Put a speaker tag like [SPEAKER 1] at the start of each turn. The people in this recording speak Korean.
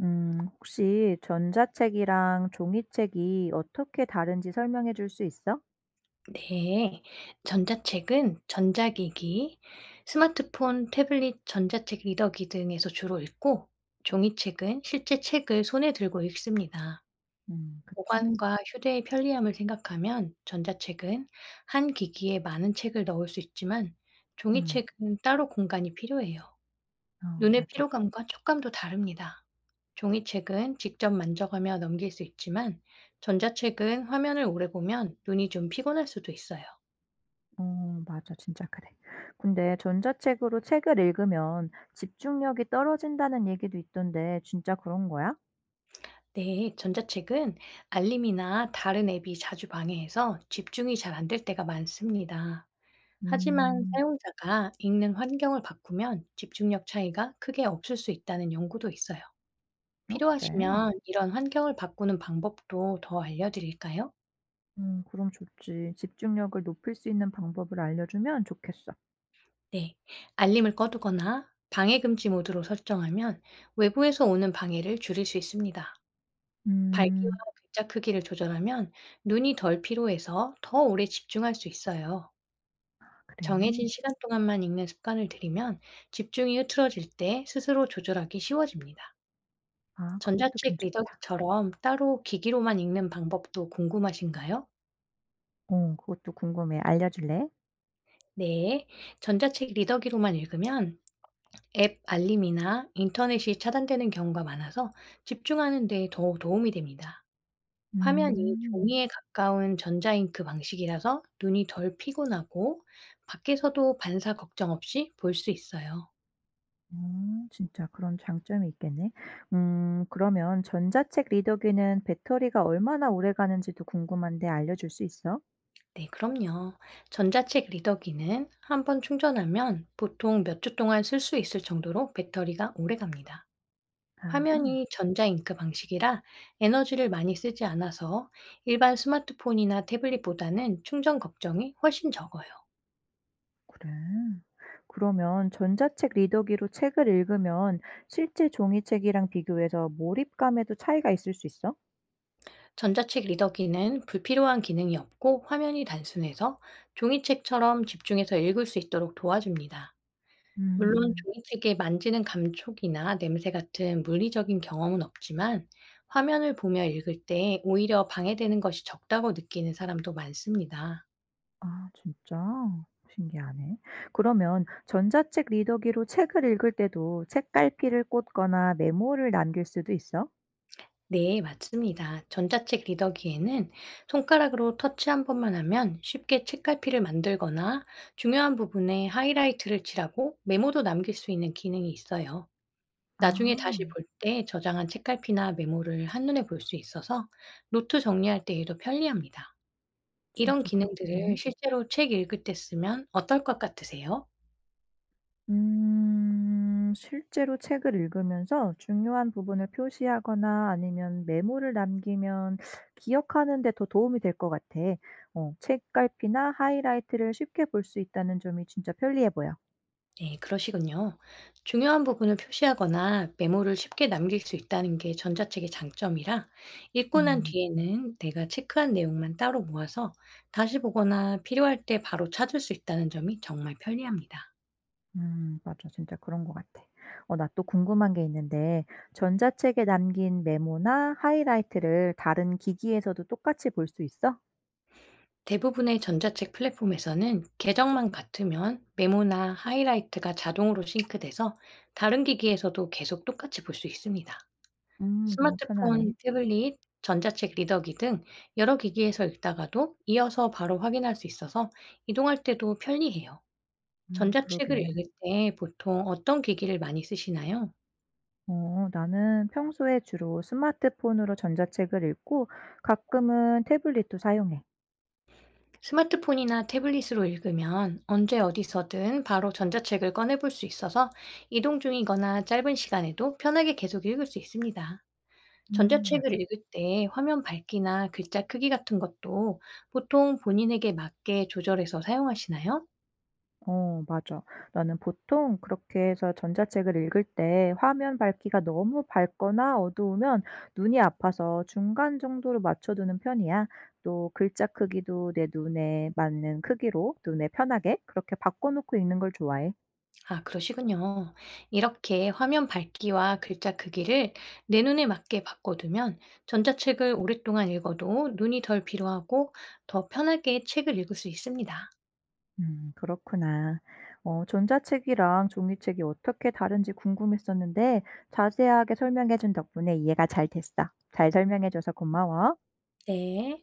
[SPEAKER 1] 혹시 전자책이랑 종이책이 어떻게 다른지 설명해 줄 수 있어?
[SPEAKER 2] 네. 전자책은 전자기기, 스마트폰, 태블릿, 전자책 리더기 등에서 주로 읽고, 종이책은 실제 책을 손에 들고 읽습니다.
[SPEAKER 1] 그치?
[SPEAKER 2] 보관과 휴대의 편리함을 생각하면 전자책은 한 기기에 많은 책을 넣을 수 있지만,
[SPEAKER 1] 음,
[SPEAKER 2] 종이책은 따로 공간이 필요해요.
[SPEAKER 1] 어,
[SPEAKER 2] 눈의
[SPEAKER 1] 맞아.
[SPEAKER 2] 피로감과 촉감도 다릅니다. 종이책은 직접 만져가며 넘길 수 있지만, 전자책은 화면을 오래 보면 눈이 좀 피곤할 수도 있어요.
[SPEAKER 1] 어, 맞아. 진짜 그래. 근데 전자책으로 책을 읽으면 집중력이 떨어진다는 얘기도 있던데, 진짜 그런 거야?
[SPEAKER 2] 네, 전자책은 알림이나 다른 앱이 자주 방해해서 집중이 잘 안될 때가 많습니다. 하지만
[SPEAKER 1] 음,
[SPEAKER 2] 사용자가 읽는 환경을 바꾸면 집중력 차이가 크게 없을 수 있다는 연구도 있어요.
[SPEAKER 1] 어, 그래.
[SPEAKER 2] 필요하시면 이런 환경을 바꾸는 방법도 더 알려드릴까요?
[SPEAKER 1] 그럼 좋지. 집중력을 높일 수 있는 방법을 알려주면 좋겠어.
[SPEAKER 2] 네, 알림을 꺼두거나 방해 금지 모드로 설정하면 외부에서 오는 방해를 줄일 수 있습니다. 밝기와
[SPEAKER 1] 음,
[SPEAKER 2] 글자 크기를 조절하면 눈이 덜 피로해서 더 오래 집중할 수 있어요.
[SPEAKER 1] 그래.
[SPEAKER 2] 정해진 시간 동안만 읽는 습관을 들이면 집중이 흐트러질 때 스스로 조절하기 쉬워집니다.
[SPEAKER 1] 아, 그것도
[SPEAKER 2] 전자책
[SPEAKER 1] 괜찮다.
[SPEAKER 2] 리더기처럼 따로 기기로만 읽는 방법도 궁금하신가요?
[SPEAKER 1] 어, 그것도 궁금해. 알려줄래?
[SPEAKER 2] 네. 전자책 리더기로만 읽으면 앱 알림이나 인터넷이 차단되는 경우가 많아서 집중하는 데 더 도움이 됩니다. 화면이
[SPEAKER 1] 음.
[SPEAKER 2] 종이에 가까운 전자잉크 방식이라서 눈이 덜 피곤하고 밖에서도 반사 걱정 없이 볼 수 있어요.
[SPEAKER 1] 진짜 그런 장점이 있겠네. 그러면 전자책 리더기는 배터리가 얼마나 오래 가는지도 궁금한데 알려줄 수 있어?
[SPEAKER 2] 네, 그럼요. 전자책 리더기는 한번 충전하면 보통 몇 주 동안 쓸 수 있을 정도로 배터리가 오래 갑니다.
[SPEAKER 1] 아하.
[SPEAKER 2] 화면이 전자잉크 방식이라 에너지를 많이 쓰지 않아서 일반 스마트폰이나 태블릿보다는 충전 걱정이 훨씬 적어요.
[SPEAKER 1] 그래. 그러면 전자책 리더기로 책을 읽으면 실제 종이책이랑 비교해서 몰입감에도 차이가 있을 수 있어?
[SPEAKER 2] 전자책 리더기는 불필요한 기능이 없고 화면이 단순해서 종이책처럼 집중해서 읽을 수 있도록 도와줍니다. 물론
[SPEAKER 1] 음.
[SPEAKER 2] 조이스틱에 만지는 감촉이나 냄새 같은 물리적인 경험은 없지만 화면을 보며 읽을 때 오히려 방해되는 것이 적다고 느끼는 사람도 많습니다.
[SPEAKER 1] 아 진짜? 신기하네. 그러면 전자책 리더기로 책을 읽을 때도 책갈피를 꽂거나 메모를 남길 수도 있어?
[SPEAKER 2] 네, 맞습니다. 전자책 리더기에는 손가락으로 터치 한 번만 하면 쉽게 책갈피를 만들거나 중요한 부분에 하이라이트를 칠하고 메모도 남길 수 있는 기능이 있어요. 나중에 다시
[SPEAKER 1] 아
[SPEAKER 2] 볼 때 저장한 책갈피나 메모를 한눈에 볼 수 있어서 노트 정리할 때에도 편리합니다. 이런
[SPEAKER 1] 진짜
[SPEAKER 2] 기능들을
[SPEAKER 1] 그렇겠네.
[SPEAKER 2] 실제로 책 읽을 때 쓰면 어떨 것 같으세요?
[SPEAKER 1] 음. 실제로 책을 읽으면서 중요한 부분을 표시하거나 아니면 메모를 남기면 기억하는 데 더 도움이 될 것 같아. 어, 책갈피나 하이라이트를 쉽게 볼 수 있다는 점이 진짜 편리해 보여.
[SPEAKER 2] 네, 그러시군요. 중요한 부분을 표시하거나 메모를 쉽게 남길 수 있다는 게 전자책의 장점이라 읽고 난
[SPEAKER 1] 음.
[SPEAKER 2] 뒤에는 내가 체크한 내용만 따로 모아서 다시 보거나 필요할 때 바로 찾을 수 있다는 점이 정말 편리합니다.
[SPEAKER 1] 맞아. 진짜 그런 것 같아. 어, 나 또 궁금한 게 있는데, 전자책에 남긴 메모나 하이라이트를 다른 기기에서도 똑같이 볼 수 있어?
[SPEAKER 2] 대부분의 전자책 플랫폼에서는 계정만 같으면 메모나 하이라이트가 자동으로 싱크돼서 다른 기기에서도 계속 똑같이 볼 수 있습니다.
[SPEAKER 1] 너무
[SPEAKER 2] 스마트폰,
[SPEAKER 1] 편하네.
[SPEAKER 2] 태블릿, 전자책 리더기 등 여러 기기에서 읽다가도 이어서 바로 확인할 수 있어서 이동할 때도 편리해요.
[SPEAKER 1] 그러게.
[SPEAKER 2] 전자책을 읽을 때 보통 어떤 기기를 많이 쓰시나요?
[SPEAKER 1] 어, 나는 평소에 주로 스마트폰으로 전자책을 읽고 가끔은 태블릿도 사용해.
[SPEAKER 2] 스마트폰이나 태블릿으로 읽으면 언제 어디서든 바로 전자책을 꺼내볼 수 있어서 이동 중이거나 짧은 시간에도 편하게 계속 읽을 수 있습니다. 전자책을
[SPEAKER 1] 맞아.
[SPEAKER 2] 읽을 때 화면 밝기나 글자 크기 같은 것도 보통 본인에게 맞게 조절해서 사용하시나요?
[SPEAKER 1] 어, 맞아. 나는 보통 그렇게 해서 전자책을 읽을 때 화면 밝기가 너무 밝거나 어두우면 눈이 아파서 중간 정도로 맞춰두는 편이야. 또 글자 크기도 내 눈에 맞는 크기로 눈에 편하게 그렇게 바꿔놓고 읽는 걸 좋아해.
[SPEAKER 2] 아, 그러시군요. 이렇게 화면 밝기와 글자 크기를 내 눈에 맞게 바꿔두면 전자책을 오랫동안 읽어도 눈이 덜 피로하고 더 편하게 책을 읽을 수 있습니다.
[SPEAKER 1] 그렇구나. 어, 전자책이랑 종이책이 어떻게 다른지 궁금했었는데 자세하게 설명해 준 덕분에 이해가 잘 됐어. 잘 설명해 줘서 고마워.
[SPEAKER 2] 네.